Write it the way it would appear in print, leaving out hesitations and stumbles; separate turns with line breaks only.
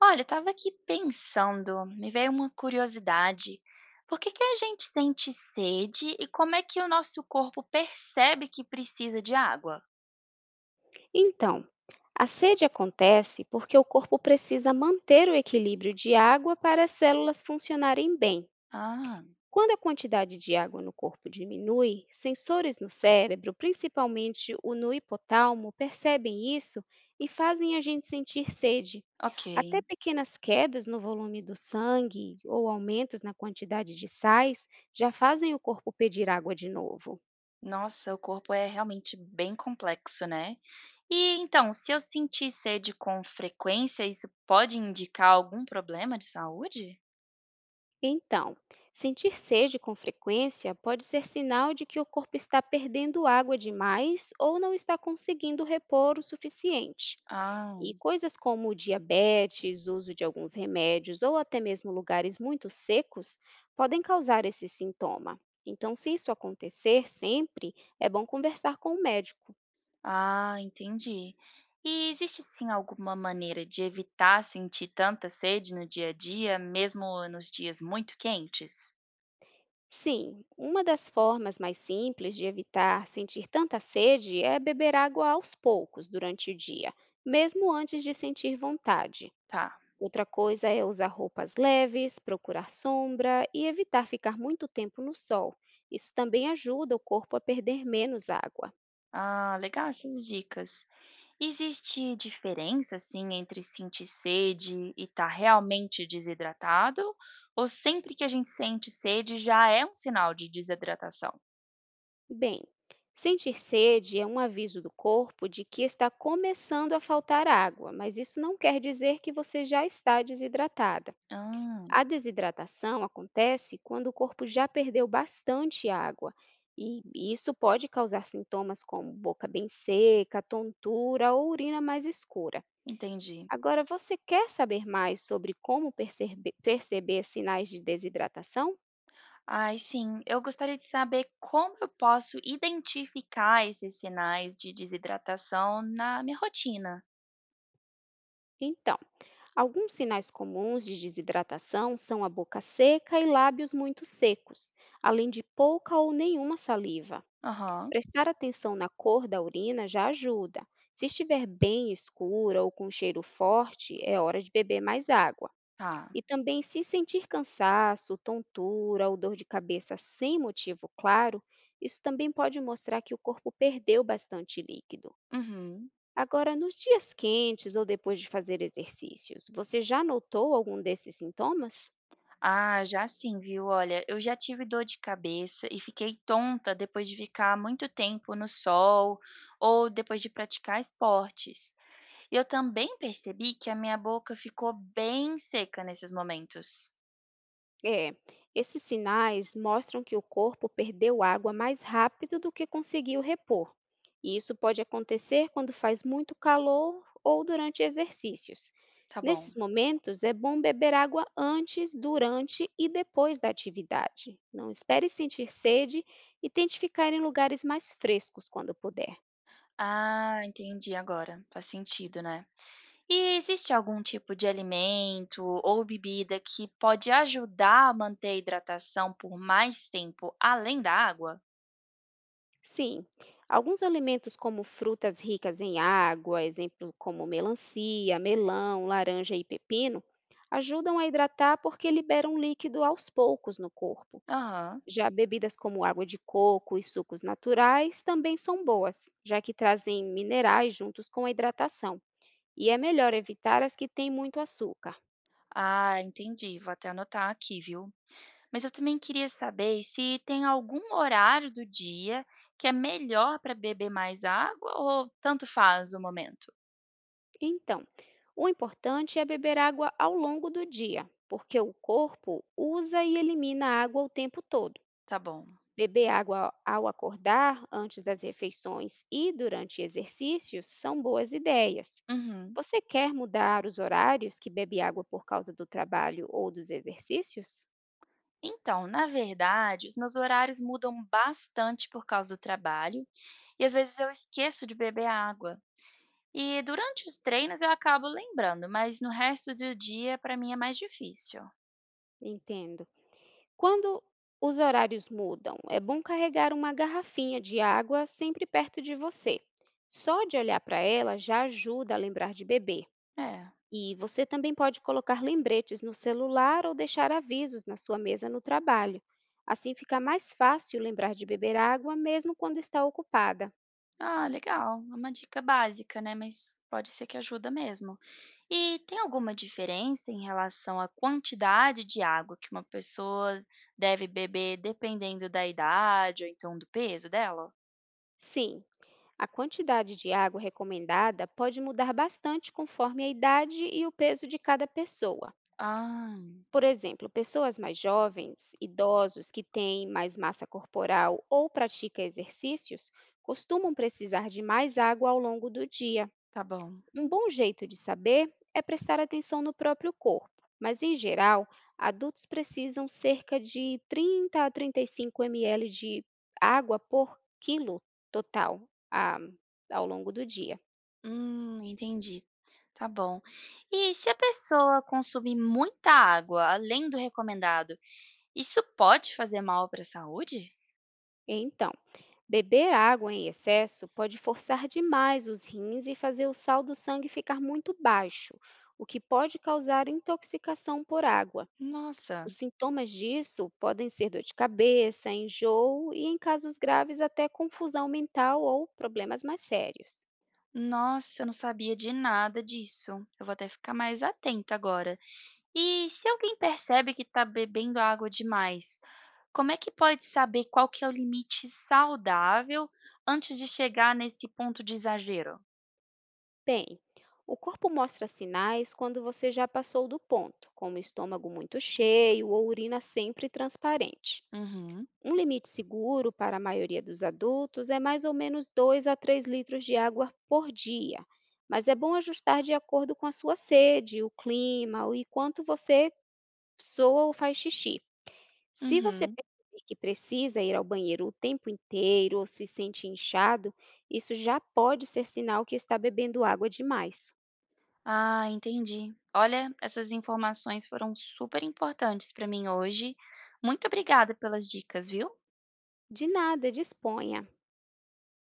Olha, eu estava aqui pensando, me veio uma curiosidade. Por que que a gente sente sede e como é que o nosso corpo percebe que precisa de água?
Então, a sede acontece porque o corpo precisa manter o equilíbrio de água para as células funcionarem bem.
Ah,
Quando a quantidade de água no corpo diminui, sensores no cérebro, principalmente o no hipotalmo, percebem isso e fazem a gente sentir sede.
ok.
Até pequenas quedas no volume do sangue ou aumentos na quantidade de sais já fazem o corpo pedir água de novo.
Nossa, o corpo é realmente bem complexo, né? E então, se eu sentir sede com frequência, isso pode indicar algum problema de saúde?
Então, sentir sede com frequência pode ser sinal de que o corpo está perdendo água demais ou não está conseguindo repor o suficiente.
Ah.
E coisas como diabetes, uso de alguns remédios ou até mesmo lugares muito secos podem causar esse sintoma. Então, se isso acontecer sempre, é bom conversar com o médico.
Ah, entendi. E existe sim alguma maneira de evitar sentir tanta sede no dia a dia, mesmo nos dias muito quentes?
Sim, uma das formas mais simples de evitar sentir tanta sede é beber água aos poucos durante o dia, mesmo antes de sentir vontade.
Tá.
Outra coisa é usar roupas leves, procurar sombra e evitar ficar muito tempo no sol. Isso também ajuda o corpo a perder menos água.
Ah, legal essas dicas. Existe diferença assim entre sentir sede e estar realmente desidratado? Ou sempre que a gente sente sede já é um sinal de desidratação?
Bem, sentir sede é um aviso do corpo de que está começando a faltar água, mas isso não quer dizer que você já está desidratada.
Ah,
A desidratação acontece quando o corpo já perdeu bastante água, e isso pode causar sintomas como boca bem seca, tontura ou urina mais escura.
entendi.
Agora, você quer saber mais sobre como perceber sinais de desidratação?
Ai, sim. Eu gostaria de saber como eu posso identificar esses sinais de desidratação na minha rotina.
Então, alguns sinais comuns de desidratação são a boca seca e lábios muito secos, além de pouca ou nenhuma saliva.
Aham,
Prestar atenção na cor da urina já ajuda. Se estiver bem escura ou com um cheiro forte, é hora de beber mais água.
tá.
E também, se sentir cansaço, tontura ou dor de cabeça sem motivo claro, isso também pode mostrar que o corpo perdeu bastante líquido.
Uhum.
Agora, nos dias quentes ou depois de fazer exercícios, você já notou algum desses sintomas?
Ah, já sim, viu? Olha, eu já tive dor de cabeça e fiquei tonta depois de ficar muito tempo no sol ou depois de praticar esportes. Eu também percebi que a minha boca ficou bem seca nesses momentos.
É, esses sinais mostram que o corpo perdeu água mais rápido do que conseguiu repor. E isso pode acontecer quando faz muito calor ou durante exercícios.
Tá bom.
Nesses momentos, é bom beber água antes, durante e depois da atividade. Não espere sentir sede e tente ficar em lugares mais frescos quando puder.
Ah, entendi agora. Faz sentido, né? E existe algum tipo de alimento ou bebida que pode ajudar a manter a hidratação por mais tempo além da água?
Sim, alguns alimentos como frutas ricas em água, exemplo como melancia, melão, laranja e pepino, ajudam a hidratar porque liberam líquido aos poucos no corpo.
Aham.
Já bebidas como água de coco e sucos naturais também são boas, já que trazem minerais juntos com a hidratação. E é melhor evitar as que têm muito açúcar.
Ah, entendi. Vou até anotar aqui, viu? Mas eu também queria saber se tem algum horário do dia que é melhor para beber mais água ou tanto faz o momento?
Então, o importante é beber água ao longo do dia, porque o corpo usa e elimina água o tempo todo.
Tá bom.
Beber água ao acordar, antes das refeições e durante exercícios são boas ideias.
Uhum.
Você quer mudar os horários que bebe água por causa do trabalho ou dos exercícios?
Então, na verdade, os meus horários mudam bastante por causa do trabalho e às vezes eu esqueço de beber água. E durante os treinos eu acabo lembrando, mas no resto do dia para mim é mais difícil.
Entendo. Quando os horários mudam, é bom carregar uma garrafinha de água sempre perto de você. Só de olhar para ela já ajuda a lembrar de beber.
É.
E você também pode colocar lembretes no celular ou deixar avisos na sua mesa no trabalho. Assim fica mais fácil lembrar de beber água mesmo quando está ocupada.
Ah, legal. É uma dica básica, né? Mas pode ser que ajuda mesmo. E tem alguma diferença em relação à quantidade de água que uma pessoa deve beber dependendo da idade ou então do peso dela?
Sim, a quantidade de água recomendada pode mudar bastante conforme a idade e o peso de cada pessoa.
Ah,
Por exemplo, pessoas mais jovens, idosos que têm mais massa corporal ou praticam exercícios costumam precisar de mais água ao longo do dia.
tá bom.
Um bom jeito de saber é prestar atenção no próprio corpo, mas em geral, adultos precisam cerca de 30 a 35 ml de água por quilo total ao longo do dia.
Entendi. Tá bom. E se a pessoa consumir muita água além do recomendado, isso pode fazer mal para a saúde?
Então, beber água em excesso pode forçar demais os rins e fazer o sal do sangue ficar muito baixo, o que pode causar intoxicação por água.
Nossa,
Os sintomas disso podem ser dor de cabeça, enjoo e, em casos graves, até confusão mental ou problemas mais sérios.
nossa, eu não sabia de nada disso. Eu vou até ficar mais atenta agora. E se alguém percebe que está bebendo água demais, como é que pode saber qual que é o limite saudável antes de chegar nesse ponto de exagero?
Bem, o corpo mostra sinais quando você já passou do ponto, como estômago muito cheio ou urina sempre transparente.
Uhum,
Um limite seguro para a maioria dos adultos é mais ou menos 2 a 3 litros de água por dia, mas é bom ajustar de acordo com a sua sede, o clima e quanto você soa ou faz xixi. Se você
uhum.
perceber que precisa ir ao banheiro o tempo inteiro ou se sente inchado, isso já pode ser sinal que está bebendo água demais.
Ah, entendi. Olha, essas informações foram super importantes para mim hoje. Muito obrigada pelas dicas, viu?
De nada, disponha.